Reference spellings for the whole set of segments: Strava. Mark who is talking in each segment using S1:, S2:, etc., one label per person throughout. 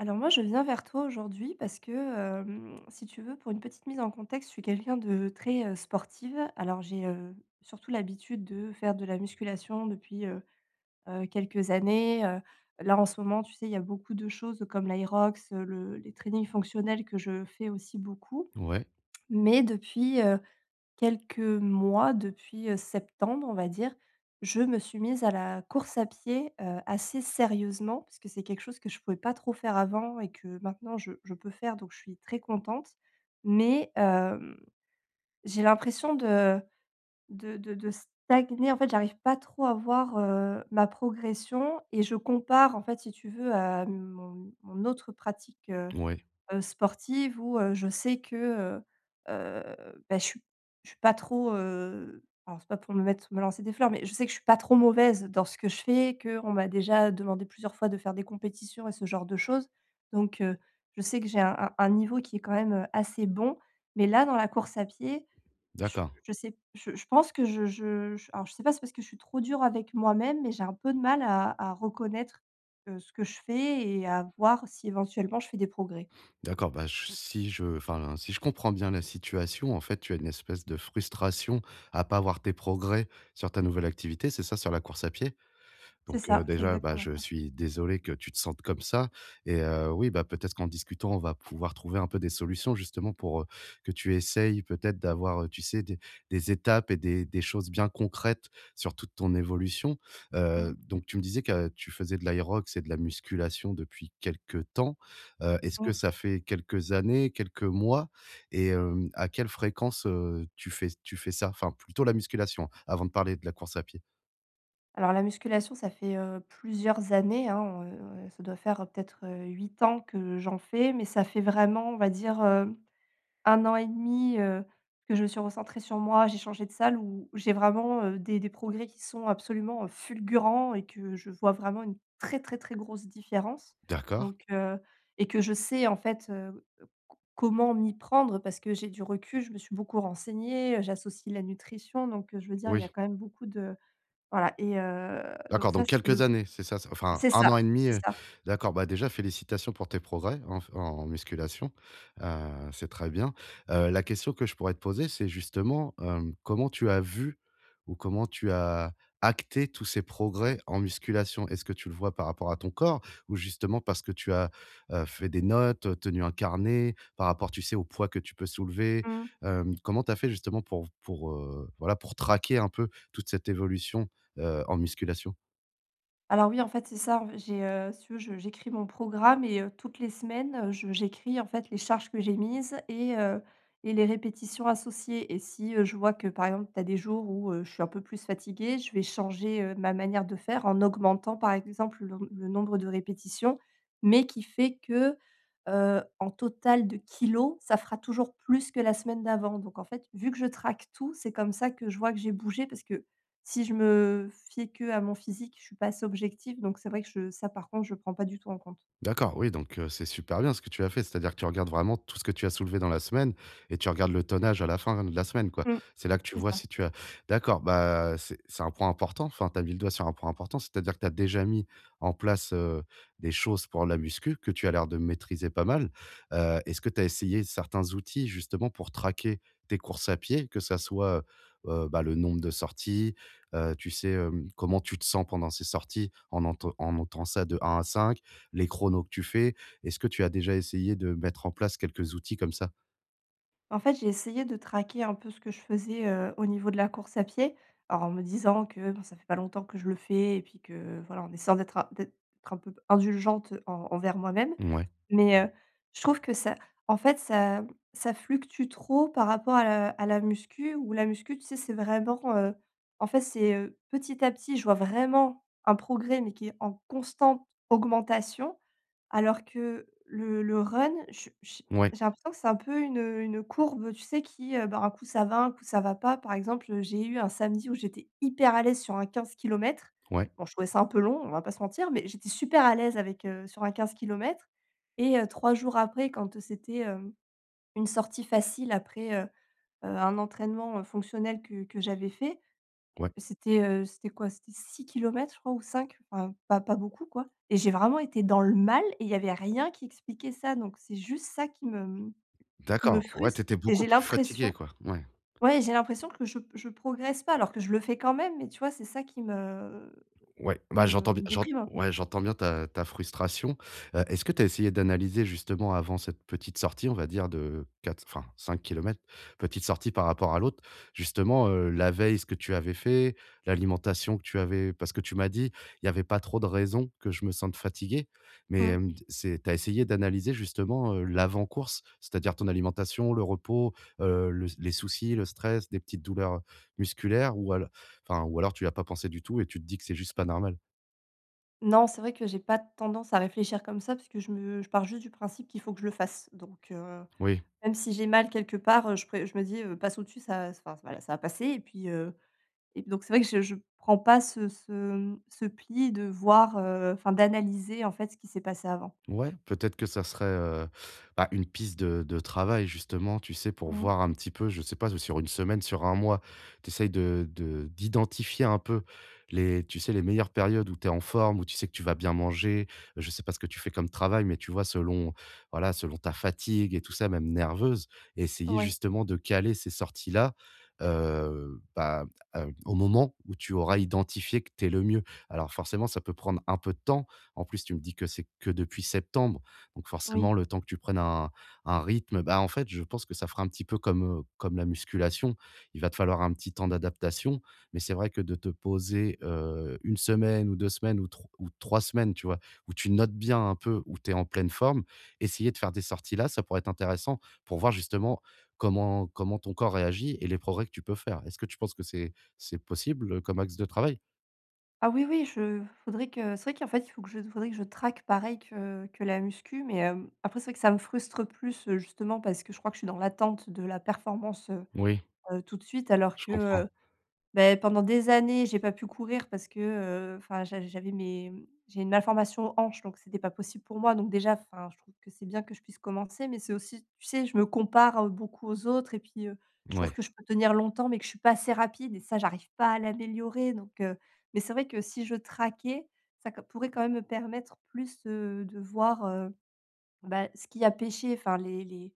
S1: Alors moi, je viens vers toi aujourd'hui parce que si tu veux, pour une petite mise en contexte, je suis quelqu'un de très sportive. Alors j'ai surtout l'habitude de faire de la musculation depuis quelques années. Là, en ce moment, tu sais, il y a beaucoup de choses comme l'aerox le les trainings fonctionnels que je fais aussi beaucoup.
S2: Ouais,
S1: Mais depuis quelques mois, depuis septembre, on va dire, je me suis mise à la course à pied assez sérieusement parce que c'est quelque chose que je ne pouvais pas trop faire avant et que maintenant je peux faire, donc je suis très contente. Mais j'ai l'impression de stagner. En fait, j'arrive pas trop à voir ma progression et je compare, en fait, si tu veux, à mon autre pratique
S2: ouais,
S1: sportive où je sais que, heu heu, bah, je suis pas trop, alors c'est pas pour me mettre me lancer des fleurs, mais je sais que je suis pas trop mauvaise dans ce que je fais, que on m'a déjà demandé plusieurs fois de faire des compétitions et ce genre de choses. Donc je sais que j'ai un niveau qui est quand même assez bon. Mais là, dans la course à pied,
S2: d'accord.
S1: je sais je pense que je alors je sais pas, c'est parce que je suis trop dure avec moi-même, mais j'ai un peu de mal à reconnaître ce que je fais et à voir si éventuellement je fais des progrès.
S2: D'accord, bah, si je comprends bien la situation, en fait, tu as une espèce de frustration à pas voir tes progrès sur ta nouvelle activité, c'est ça, sur la course à pied?
S1: C'est
S2: Donc
S1: ça, c'est
S2: déjà, bah,
S1: exactement
S2: je
S1: ça.
S2: suis désolé que tu te sentes comme ça, et oui, bah, peut-être qu'en discutant, on va pouvoir trouver un peu des solutions justement pour, que tu essayes peut-être d'avoir, tu sais, des étapes et des choses bien concrètes sur toute ton évolution.
S1: Mmh,
S2: Donc tu me disais que tu faisais de l'aérox et de la musculation depuis quelques temps. Est-ce
S1: mmh.
S2: que ça fait quelques années, quelques mois, et hem, à quelle fréquence, tu fais ça? Enfin, plutôt la musculation, avant de parler de la course à pied.
S1: Alors la musculation, ça fait plusieurs années, hein ça doit faire peut-être 8 ans que j'en fais, mais ça fait vraiment, on va dire, un an et demi que je me suis recentrée sur moi, j'ai changé de salle où j'ai vraiment des progrès qui sont absolument fulgurants et que je vois vraiment une très, très, très grosse différence.
S2: D'accord.
S1: Donc et que je sais en fait co comment m'y prendre parce que j'ai du recul, je me suis beaucoup renseignée j'associe la nutrition je veux dire il y a
S2: Oui.
S1: quand même beaucoup de voilà donc
S2: D'accord,
S1: ça
S2: donc
S1: c'est
S2: quelques
S1: le
S2: années, c'est ça? C enfin
S1: c'est
S2: un an
S1: ça,
S2: et demi.
S1: c'est
S2: 2
S1: ça.
S2: d'accord, bah, déjà félicitations pour tes progrès en musculation, c'est très bien. La question que je pourrais te poser, c'est justement, hem, comment tu as vu ou comment tu as acté tous ces progrès en musculation? Est-ce que tu le vois par rapport à ton corps ou justement parce que tu as, fait des notes, tenu un carnet par rapport, tu sais, au poids que tu peux soulever?
S1: Mmh.
S2: Hem, comment tu as fait justement pour voilà, pour traquer un peu toute cette évolution, en musculation?
S1: Alors oui, en fait, c'est ça. En fait, j'ai si tu veux, je j'écris mon programme et toutes les semaines je j'écris, en fait, les charges que j'ai mises et les répétitions associées et si je vois que, par exemple, tu as des jours où je suis un peu plus fatiguée, je vais changer ma manière de faire en augmentant, par exemple, le nombre de répétitions, mais qui fait que en total de kilos, ça fera toujours plus que la semaine d'avant. Donc en fait, vu que je traque tout, c'est comme ça que je vois que j'ai bougé parce que si je me fiais qu'à mon physique, je suis pas assez objective, donc c'est vrai que je ça par contre, je prends pas du tout en compte.
S2: D'accord, oui, donc c'est super bien ce que tu as fait. C'est-à-dire que tu regardes vraiment tout ce que tu as soulevé dans la semaine et tu regardes le tonnage à la fin de la semaine, quoi.
S1: Mmh,
S2: C'est là que tu
S1: c'est
S2: vois
S1: ça.
S2: si tu as d'accord, bah, c'est un point important, enfin, tu as mis le doigt sur un point important, c'est-à-dire que tu as déjà mis en place, des choses pour la muscu que tu as l'air de maîtriser pas mal. Est-ce que tu as essayé certains outils justement pour traquer tes courses à pied? Que ça soit, bah, le nombre de sorties, tu sais, hem, comment tu te sens pendant ces sorties en notant ça de un à 5? Les chronos que tu fais. Est-ce que tu as déjà essayé de mettre en place quelques outils comme ça?
S1: En fait, j'ai essayé de traquer un peu ce que je faisais au niveau de la course à pied. Alors en me disant que, bon, ça fait pas longtemps que je le fais et puis que voilà, en essayant d'être un peu indulgente en envers moi-même.
S2: Ouais,
S1: Mais je trouve que ça en fait, ça fluctue trop par rapport à la muscu où la muscu, tu sais, c'est vraiment en fait, c'est petit à petit, je vois vraiment un progrès, mais qui est en constante augmentation alors que le run, je
S2: ouais,
S1: j'ai l'impression que c'est un peu une courbe, tu sais, qui bah, un coup ça va, un coup ça va pas. Par exemple j'ai eu un samedi où j'étais hyper à l'aise sur un 15 kilomètres.
S2: ouais,
S1: Bon, je trouvais ça un peu long, on va pas se mentir, mais j'étais super à l'aise avec sur un 15 kilomètres et 3 jours après quand c'était une sortie facile après un entraînement fonctionnel que j'avais fait,
S2: ouais.
S1: c'était quoi? C'était 6 kilomètres je crois ou 5 enfin pas beaucoup quoi et j'ai vraiment été dans le mal et il y avait rien qui expliquait ça donc c'est juste ça qui me
S2: D'accord, ouais, tu
S1: frustre
S2: étais
S1: et
S2: beaucoup
S1: j'ai
S2: plus
S1: l'impression
S2: fatigué, quoi? Ouais.
S1: ouais, j'ai l'impression que je progresse pas alors que je le fais quand même mais tu vois, c'est ça qui me
S2: Ouais, bah,
S1: me me déprime un peu.
S2: j'entends bien ta ta frustration. Est-ce que tu as essayé d'analyser justement avant cette petite sortie, on va dire de 4, enfin 5 kilomètres, petite sortie par rapport à l'autre, justement, la veille, ce que tu avais fait, l'alimentation que tu avais parce que tu m'as dit: «Il y avait pas trop de raisons que je me sente fatigué», mais,
S1: Mmh.
S2: hem, c'est tu as essayé d'analyser justement, l'avant-course? C'est-à-dire ton alimentation, le repos, le les soucis, le stress, des petites douleurs musculaires ou al enfin, ou alors tu y as pas pensé du tout et tu te dis que c'est juste pas normal.
S1: Non, c'est vrai que j'ai pas tendance à réfléchir comme ça parce que je pars juste du principe qu'il faut que je le fasse,
S2: Oui.
S1: même si j'ai mal quelque part je me dis: «Passe au-dessus, ça enfin voilà, ça va passer» . Et donc c'est vrai que je prends pas ce pli de voir enfin d'analyser en fait ce qui s'est passé avant.
S2: Ouais, peut-être que ça serait, bah, une piste de travail justement, tu sais, pour
S1: Mmh.
S2: voir un petit peu, je sais pas, sur une semaine, sur un mois, tu essayes de d'identifier un peu les tu sais, les meilleures périodes où tu es en forme, où tu sais que tu vas bien manger. Je sais pas ce que tu fais comme travail, mais tu vois, selon, voilà, selon ta fatigue et tout ça, même nerveuse, et essayer
S1: Ouais,
S2: justement de caler ces sorties-là, heu, bah, au moment où tu auras identifié que tu es le mieux. Alors forcément, ça peut prendre un peu de temps, en plus, tu me dis que c'est que depuis septembre, donc forcément
S1: oui.
S2: le temps que tu prennes un rythme, bah, en fait, je pense que ça fera un petit peu comme, comme la musculation. Il va te falloir un petit temps d'adaptation, mais c'est vrai que de te poser, 1 semaine ou 2 semaines ou 3 semaines, tu vois? Où tu notes bien un peu, où tu es en pleine forme, essayer de faire des sorties là, ça pourrait être intéressant pour voir justement comment ton corps réagit et les progrès que tu peux faire. Est-ce que tu penses que c'est possible, comme axe de travail?
S1: Ah oui, oui, je faudrait que c'est vrai qu'en fait il faut que je faudrait que je traque pareil que la muscu, mais après c'est vrai que ça me frustre plus justement parce que je crois que je suis dans l'attente de la performance, heu
S2: Oui,
S1: heu, tout de suite alors
S2: je
S1: que.
S2: comprends.
S1: Ben pendant des années, j'ai pas pu courir parce que enfin j'avais j'ai une malformation hanche, donc c'était pas possible pour moi. Donc déjà, enfin, je trouve que c'est bien que je puisse commencer, mais c'est aussi, tu sais, je me compare beaucoup aux autres et puis je trouve
S2: Ouais,
S1: que je peux tenir longtemps, mais que je suis pas assez rapide et ça, j'arrive pas à l'améliorer. Donc mais c'est vrai que si je traquais, ça q pourrait quand même me permettre plus de voir bah, ce qui a péché, enfin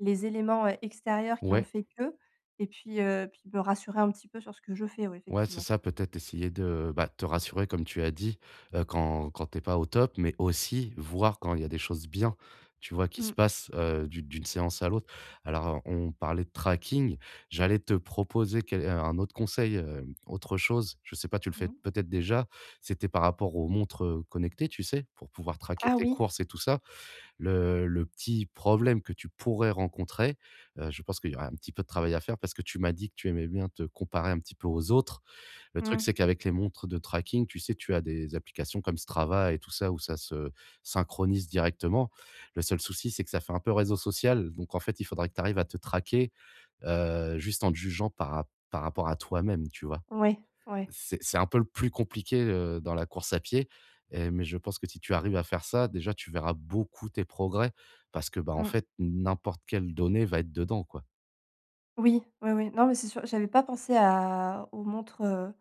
S1: les éléments extérieurs qui ont
S2: ouais.
S1: fait que puis me rassurer un petit peu sur ce que je fais, oui,
S2: Ouais, c'est
S1: effectivement.
S2: ça, peut-être essayer de, bah, te rassurer comme tu as dit, quand t'es pas au top, mais aussi voir quand il y a des choses bien, tu vois, qui se
S1: Mmh.
S2: passent, d'une séance à l'autre. Alors, on parlait de tracking, j'allais te proposer quel un autre conseil, autre chose, je sais pas, tu le fais
S1: Mmh.
S2: peut-être déjà, c'était par rapport aux montres connectées, tu sais? Pour pouvoir traquer
S1: Ah
S2: tes
S1: oui.
S2: courses et tout ça. Le petit problème que tu pourrais rencontrer, je pense qu'il y aurait un petit peu de travail à faire parce que tu m'as dit que tu aimais bien te comparer un petit peu aux autres. Le truc,
S1: Mmh.
S2: c'est qu'avec les montres de tracking, tu sais, tu as des applications comme Strava et tout ça où ça se synchronise directement. Le seul souci, c'est que ça fait un peu réseau social. Donc, en fait, il faudrait que tu arrives à te traquer, juste en te jugeant par rapport à toi-même, tu vois?
S1: Ouais, ouais.
S2: C'est un peu le plus compliqué, dans la course à pied, et mais je pense que si tu arrives à faire ça, déjà, tu verras beaucoup tes progrès parce que, bah, en
S1: Mmh.
S2: fait, n'importe quelle donnée va être dedans, quoi.
S1: Oui, oui, oui. Non, mais c'est sûr, j'avais pas pensé à aux montres.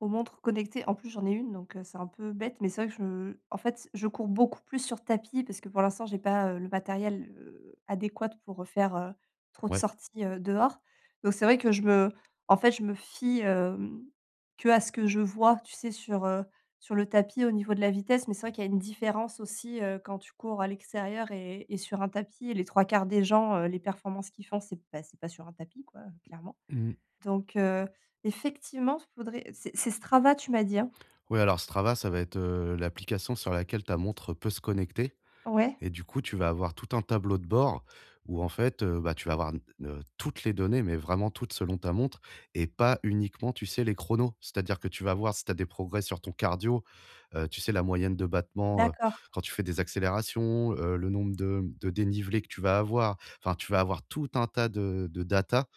S1: Aux montres connectées, en plus j'en ai une c'est un peu bête, mais c'est vrai que je en fait, je cours beaucoup plus sur tapis parce que pour l'instant j'ai pas le matériel adéquat pour faire trop de
S2: Ouais.
S1: sorties dehors. Donc c'est vrai que je me en fait, je me fie que à ce que je vois, tu sais sur le tapis au niveau de la vitesse, mais c'est vrai qu'il y a une différence aussi quand tu cours à l'extérieur et sur un tapis et les trois quarts des gens les performances qu'ils font, c'est pas sur un tapis quoi, clairement.
S2: Mmh.
S1: Donc heu, effectivement, faudrait c'est Strava, tu m'as dit, hein?
S2: Ouais, alors Strava, ça va être, l'application sur laquelle ta montre peut se connecter.
S1: Ouais,
S2: Et du coup, tu vas avoir tout un tableau de bord où en fait, tu vas avoir n toutes les données, mais vraiment toutes selon ta montre et pas uniquement, tu sais, les chronos. C'est-à-dire que tu vas voir si tu as des progrès sur ton cardio, tu sais, la moyenne de battements,
S1: d'accord.
S2: quand tu fais des accélérations, le nombre de dénivelés que tu vas avoir. Enfin, tu vas avoir tout un tas de data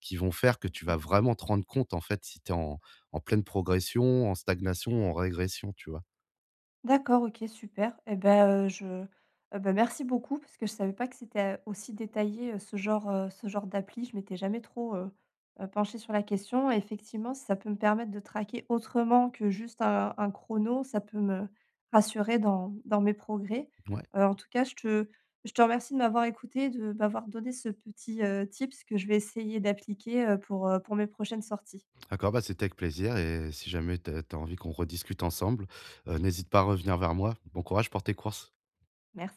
S2: qui vont faire que tu vas
S1: OK.
S2: vraiment te rendre compte, en fait, si tu es en en pleine progression, en stagnation, en régression, tu vois?
S1: D'accord, OK, super. Et ben je bah, merci beaucoup parce que je savais pas que c'était aussi détaillé ce genre d'appli. Je m'étais jamais trop penchée sur la question. Et effectivement, si ça peut me permettre de traquer autrement que juste un chrono, ça peut me rassurer dans mes progrès.
S2: Ouais.
S1: En tout cas, je te remercie de m'avoir écoutée, de m'avoir donné ce petit tips que je vais essayer d'appliquer pour mes prochaines sorties.
S2: D'accord, bah, c'était avec plaisir et si jamais tu as envie qu'on rediscute ensemble, n'hésite pas à revenir vers moi. Bon courage pour tes courses.
S1: Merci.